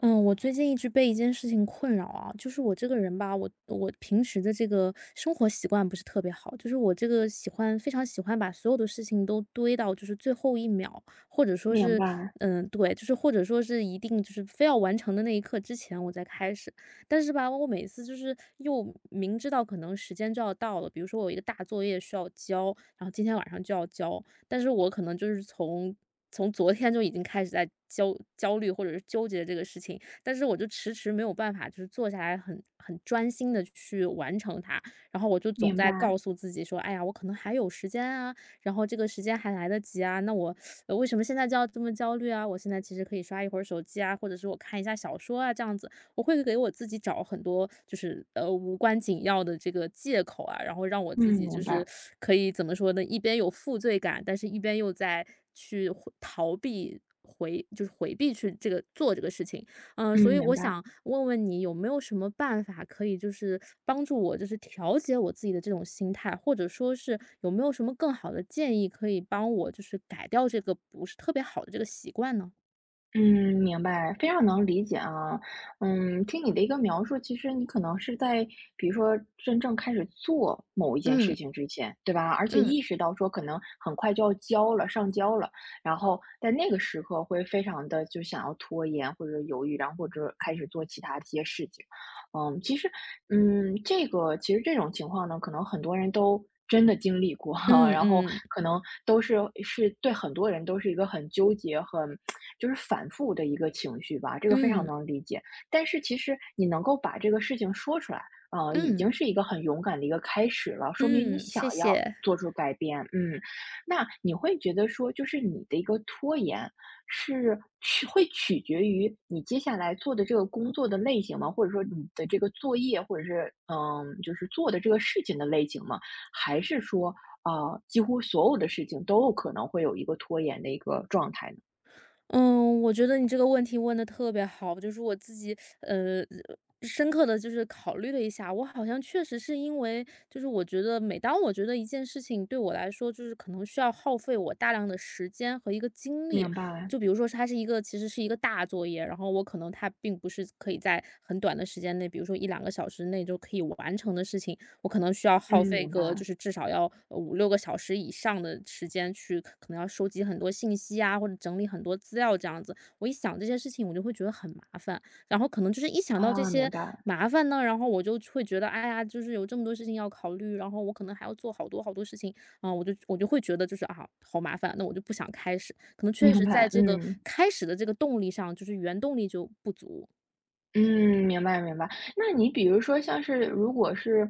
嗯，我最近一直被一件事情困扰啊，就是我这个人吧，我平时的这个生活习惯不是特别好，就是我这个喜欢非常喜欢把所有的事情都堆到就是最后一秒，或者说明是，白，嗯，对，就是或者说是一定就是非要完成的那一刻之前我再开始，但是吧，我每次就是又明知道可能时间就要到了，比如说我有一个大作业需要交，然后今天晚上就要交，但是我可能就是从昨天就已经开始在焦虑或者是纠结这个事情，但是我就迟迟没有办法，就是坐下来很专心的去完成它。然后我就总明在白，告诉自己说，哎呀，我可能还有时间啊，然后这个时间还来得及啊，那我为什么现在就要这么焦虑啊？我现在其实可以刷一会儿手机啊，或者是我看一下小说啊，这样子。我会给我自己找很多就是无关紧要的这个借口啊，然后让我自嗯，己就明是白，可以怎么说呢，一边有负罪感，但是一边又在去逃避。就是回避去这个做这个事情，所嗯，以明我白，想问问你有没有什么办法可以就是帮助我就是调节我自己的这种心态，或者说是有没有什么更好的建议可以帮我就是改掉这个不是特别好的这个习惯呢？嗯，明白，非常能理解啊。嗯，听你的一个描述，其实你可能是在比如说真正开始做某一件事嗯情之前，对吧？而且嗯意识到说可能很快就要交了，上交了，然后在那个时刻会非常的就想要拖延或者犹豫，然后或者开始做其他的一些事情。嗯，其实其实这种情况呢，可能很多人都真的经历过，嗯然后嗯可能都是对很多人都是一个很纠结、很就是反复的一个情绪吧，这个非常嗯能理解。但是其实你能够把这个事情说出来，已嗯。经是一个很勇敢的一个开始了，说明你嗯，想谢要谢。做出改变。嗯，那你会觉得说，就是你的一个拖延，是会取决于你接下来做的这个工作的类型吗？或者说你的这个作业，或者是就是做的这个事情的类型吗？还是说，几乎所有的事情都有可能会有一个拖延的一个状态呢？嗯，我觉得你这个问题问的特别好，就是我自己，呃，深刻的就是考虑了一下，我好像确实是因为就是我觉得每当我觉得一件事情对我来说，就是可能需要耗费我大量的时间和一个精力，明白，就比如说它是一个其实是一个大作业，然后我可能它并不是可以在很短的时间内，比如说一两个小时内就可以完成的事情，我可能需要耗嗯，费明个就白，是至少要五六个小时以上的时间去可能要收集很多信息啊，或者整理很多资料这样子。我一想这些事情我就会觉得很麻烦，然后可能就是一想到这啊，明些白，麻烦呢，然后我就会觉得，哎呀，就是有这么多事情要考虑，然后我可能还要做好多好多事情，啊，我就会觉得就是啊，好麻烦，那我就不想开始。可能确明实在白，这个嗯。开始的这个动力上，就是原动力就不足。嗯，明白明白。那你比如说像是如果是，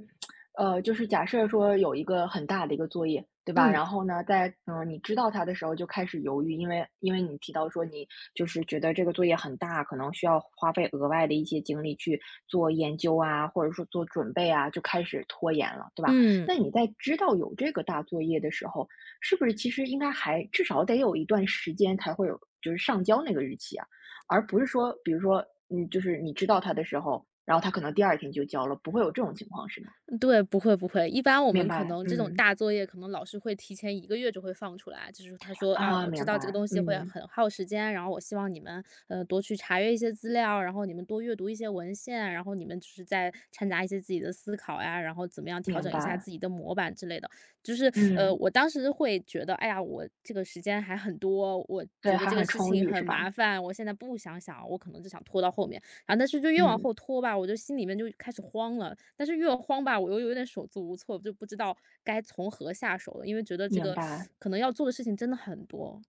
就是假设说有一个很大的一个作业，对吧？嗯。然后呢，在你知道它的时候就开始犹豫，因为你提到说你就是觉得这个作业很大，可能需要花费额外的一些精力去做研究啊，或者说做准备啊，就开始拖延了，对吧？嗯。那你在知道有这个大作业的时候，是不是其实应该还至少得有一段时间才会有，就是上交那个日期啊？而不是说，比如说，就是你知道他的时候，然后他可能第二天就交了，不会有这种情况是吗？对，不会不会。一般我明们可白，能这种嗯，大作业，可能老师会提前一个月就会放出来。就是他说：“啊，啊，我知明道这个白，东西会嗯，很耗时间，然后我希望你们，多去查阅一些资料，然后你们多阅读一些文献，然后你们就是再掺杂一些自己的思考呀，然后怎么样调明整一下白，自己的模板之类的。”就是，嗯，我当时会觉得：“哎呀，我这个时间还很多，我觉对，得还这个很事充情裕很是麻吧？烦，我现在不想想，我可能就想拖到后面。”啊，但是就越往后嗯，拖吧，我就心里面就开始慌了。但是越慌吧，我又有点手足无措，就不知道该从何下手了，因为觉得这明个白。可能要做的事情真的很多。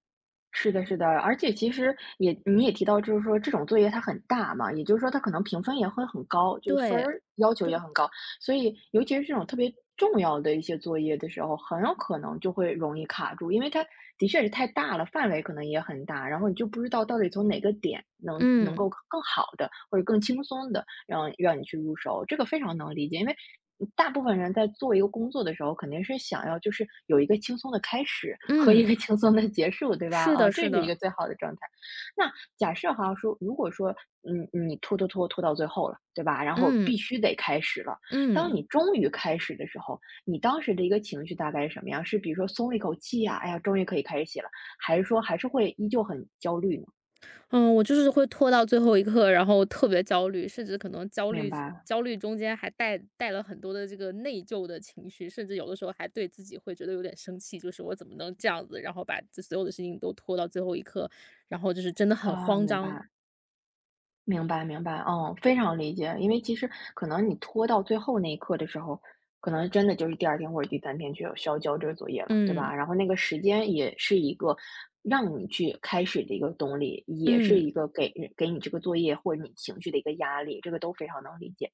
是的，是的，而且其实你也提到，就是说这种作业它很大嘛，也就是说它可能评分也会很高，就是分对，儿要求对，也很高，所以尤其是这种特别重要的一些作业的时候，很有可能就会容易卡住，因为它的确是太大了，范围可能也很大，然后你就不知道到底从哪个点能够嗯更好的或者更轻松的让你去入手，这个非常能理解。因为大部分人在做一个工作的时候，肯定是想要就是有一个轻松的开始和一嗯，个轻松的结束，对吧？是啊，的，这是是一的，个最好的状态。那假设哈说，如果说你拖拖拖拖到最后了，对吧？然后嗯必须得开始了。当嗯。你终于开始的时候，你当时的一个情绪大概是什么样？是比如说松了一口气呀、哎呀，终于可以开始写了，还是说还是会依旧很焦虑呢？嗯，我就是会拖到最后一刻，然后特别焦虑，甚至可能焦明虑白焦虑中间还带了很多的这个内疚的情绪，甚至有的时候还对自己会觉得有点生气，就是我怎么能这样子，然后把这所有的事情都拖到最后一刻，然后就是真的很啊，慌明张。白。明白明白，嗯，非常理解。因为其实可能你拖到最后那一刻的时候，可能真的就是第二天或者第三天就要需要交这个作业了，对吧？嗯然后那个时间也是一个让你去开始的一个动力，也是嗯一个给你这个作业或者你情绪的一个压力，这个都非常能理解。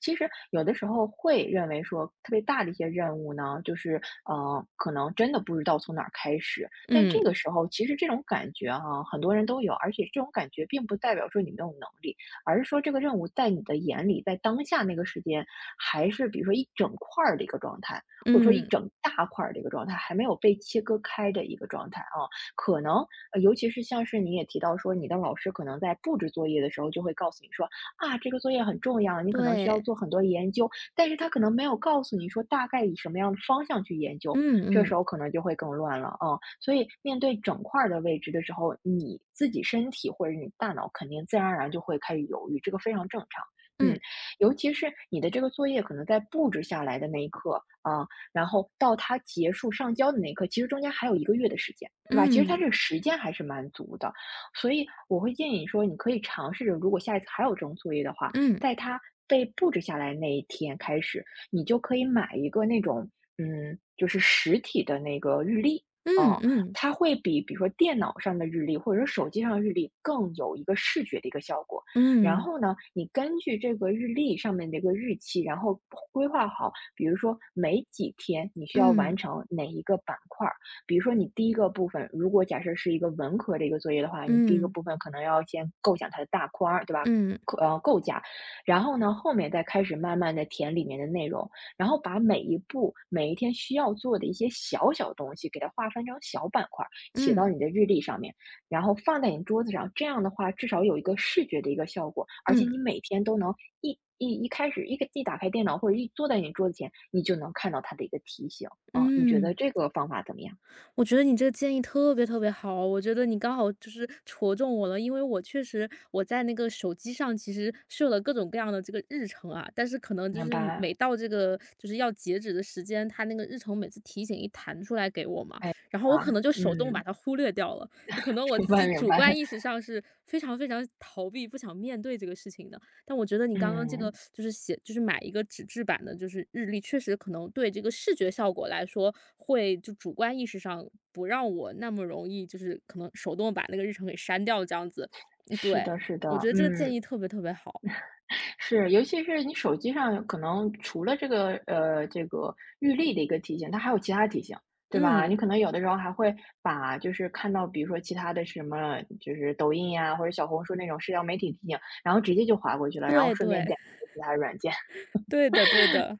其实有的时候会认为说特别大的一些任务呢，就是可能真的不知道从哪儿开始，但是嗯这个时候，其实这种感觉哈、很多人都有，而且这种感觉并不代表说你没有能力，而是说这个任务在你的眼里，在当下那个时间，还是比如说一整块儿的一个状态，或者说一嗯，整大块儿的一个状态，还没有被切割开的一个状态啊。可能，尤其是像是你也提到说，你的老师可能在布置作业的时候就会告诉你说，啊，这个作业很重要，你可能需要对，做很多研究，但是他可能没有告诉你说大概以什么样的方向去研究，嗯这嗯时候可能就会更乱了，啊，所以面对整块儿的位置的时候，你自己身体或者你大脑肯定自然而然就会开始犹豫，这个非常正常。嗯嗯，尤其是你的这个作业可能在布置下来的那一刻啊，然后到它结束上交的那一刻，其实中间还有一个月的时间，对吧？其实它嗯这个时间还是蛮足的，所以我会建议你说，你可以尝试着，如果下一次还有这种作业的话，嗯在它被布置下来那一天开始，你就可以买一个那种就是实体的那个日历，嗯嗯，嗯它会比比如说电脑上的日历或者说手机上的日历更有一个视觉的一个效果。然嗯后呢，你根据这个日历上面的一个日期，然后规划好，比如说每几天你需要完嗯成哪一个板块儿。比如说你第一个部分，如果假设是一个文科的一个作业的话，你第一个嗯部分可能要先构想它的大框儿，对吧？嗯构架，然后呢，后面再开始慢慢的填里面的内容。然后把每一步、每一天需要做的一些小小东西，给它划分成小板块儿，写到嗯你的日历上面，然后放在你桌子上。这样的话，至少有一个视觉的一个效果，而且嗯嗯你每天都能一一一开始一个一打开电脑或者一坐在你桌子前，你就能看到它的一个提醒。啊，你觉得嗯。这个方法怎么样？我觉得你这个建议特别特别好，我觉得你刚好就是戳中我了，因为我确实我在那个手机上其实设了各种各样的这个日程啊，但是可能就明是白，每到这个就是要截止的时间，它那个日程每次提醒一弹出来给我嘛，哎，然后我啊，可能就手动把嗯，它忽略掉了，就可能我 明自己白明主白。观意识上是非常非常逃避、不想面对这个事情的。但我觉得你刚刚这个嗯，就是就是买一个纸质版的，就是日历，确实可能对这个视觉效果来说，会就主观意识上不让我那么容易，就是可能手动把那个日程给删掉这样子。嗯是对，的是的，我觉得这个建嗯。议特别特别好。是，尤其是你手机上可能除了这个预历的一个提醒，它还有其他提醒，对吧？你嗯，可能有的时候还会把就是看到比如说其他的什么就是抖音呀、或者小红书那种社交媒体提醒，然后直接就划过去了，然后对顺便对，点其他软件。对的对的。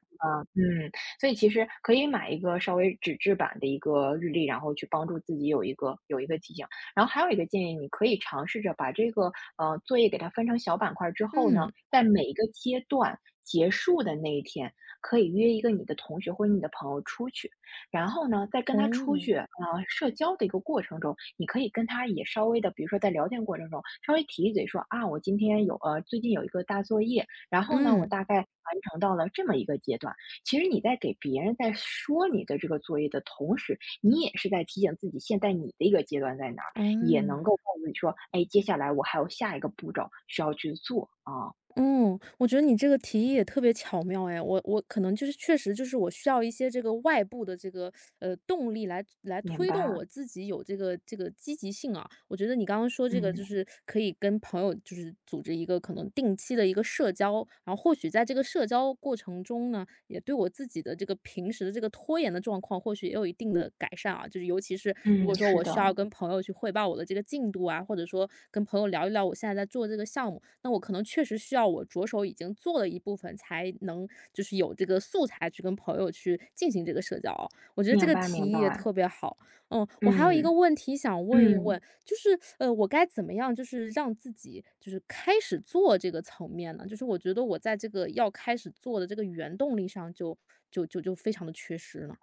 嗯，所以其实可以买一个稍微纸质版的一个日历，然后去帮助自己有一个提醒。然后还有一个建议，你可以尝试着把这个作业给它分成小板块儿之后呢，嗯，在每一个阶段结束的那一天，可以约一个你的同学或者你的朋友出去，然后呢，再跟他出哦，去啊，社交的一个过程中，你可以跟他也稍微的，比如说在聊天过程中稍微提一嘴说啊，我今天有呃最近有一个大作业，然后呢，我嗯，大概完成到了这么一个阶段。其实你在给别人在说你的这个作业的同时，你也是在提醒自己现在你的一个阶段在哪儿，哦。也能够告诉你说，哎，接下来我还有下一个步骤需要去做啊。嗯，我觉得你这个提议也特别巧妙哎，我可能就是确实就是我需要一些这个外部的这个动力来明推动白，我自己有这个积极性啊。我觉得你刚刚说这个就嗯是可以跟朋友就是组织一个可能定期的一个社交，然后或许在这个社交过程中呢，也对我自己的这个平时的这个拖延的状况，或许也有一定的改善啊。就是尤其是如嗯，果说是我的，需要跟朋友去汇报我的这个进度啊，或者说跟朋友聊一聊我现在在做这个项目，那我可能确实需要我着手已经做了一部分，才能就是有这个素材去跟朋友去进行这个社交啊。我觉得这明个白提明议也白，特别好。嗯，我还有一个嗯问题想问一问，嗯。就是我该怎么样，就是让自己就是开始做这个层面呢？就是我觉得我在这个要开始做的这个原动力上就非常的缺失了。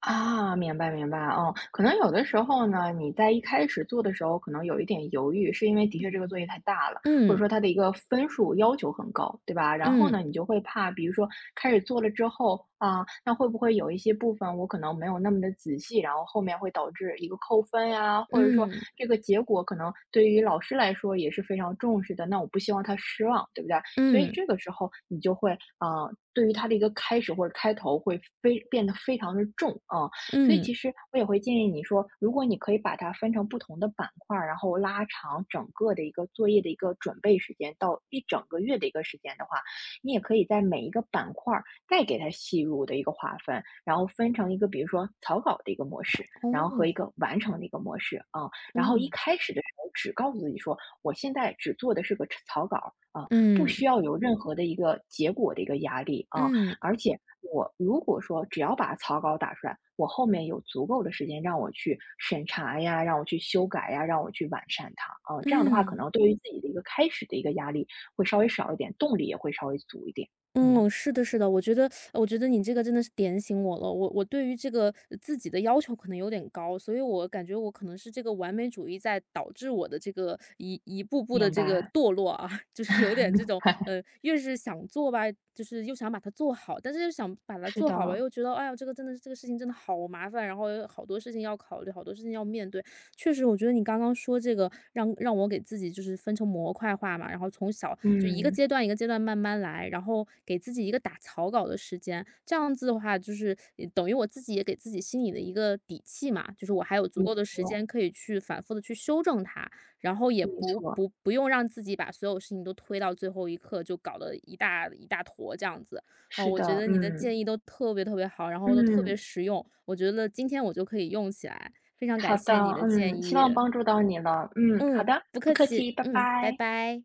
啊，明白明白，哦，可能有的时候呢，你在一开始做的时候可能有一点犹豫，是因为的确这个作业太大了，或者嗯说它的一个分数要求很高，对吧？然后嗯呢，你就会怕，比如说开始做了之后啊，那会不会有一些部分我可能没有那么的仔细，然后后面会导致一个扣分呀，或者说嗯这个结果可能对于老师来说也是非常重视的，那我不希望他失望，对不对？所以嗯这个时候你就会对于它的一个开始或者开头会非变得非常的重。所以嗯，其实我也会建议你说，如果你可以把它分成不同的板块然后拉长整个的一个作业的一个准备时间到一整个月的一个时间的话，你也可以在每一个板块儿再给它细入的一个划分，然后分成一个比如说草稿的一个模式，然后和哦，一个完成的一个模式，然后一嗯开始的时候只告诉自己说，我现在只做的是个草稿。啊、呃不嗯需要有任何的一个结果的一个压力啊。嗯而且我如果说只要把草稿打出来，我后面有足够的时间让我去审查呀，让我去修改呀，让我去完善它啊。这样的话，可嗯。能对于自己的一个开始的一个压力会稍微少一点，动力也会稍微足一点。嗯，嗯，是的，是的，我觉得，我觉得你这个真的是点醒我了。我对于这个自己的要求可能有点高，所以我感觉我可能是这个完美主义在导致我的这个一步步的明这个白。堕落啊，就是有点这种，越是想做吧，就是又想把它做好，但是又想把它是做好吧，的，又觉得，哎呀，这个真的是这个事情真的好麻烦，然后有好多事情要考虑，好多事情要面对。确实，我觉得你刚刚说这个让我给自己就是分成模块化嘛，然后从小就一个嗯，阶段一个阶段慢慢来，然后给自己一个打草稿的时间，这样子的话就是也等于我自己也给自己心里的一个底气嘛，就是我还有足没够的时错，间可以去反复的去修正它，然后也没不错，不不用让自己把所有事情都推到最后一刻，就搞得一大一大坨这样子。嗯，是我觉的，得你的建嗯议都特别特别好，然后都特别嗯，实用，我觉得今天我就可以用起来。非常好感的，谢你的建嗯，希议，望帮助到你了，嗯，好嗯，的，不不客客气，气，拜嗯，拜拜。拜。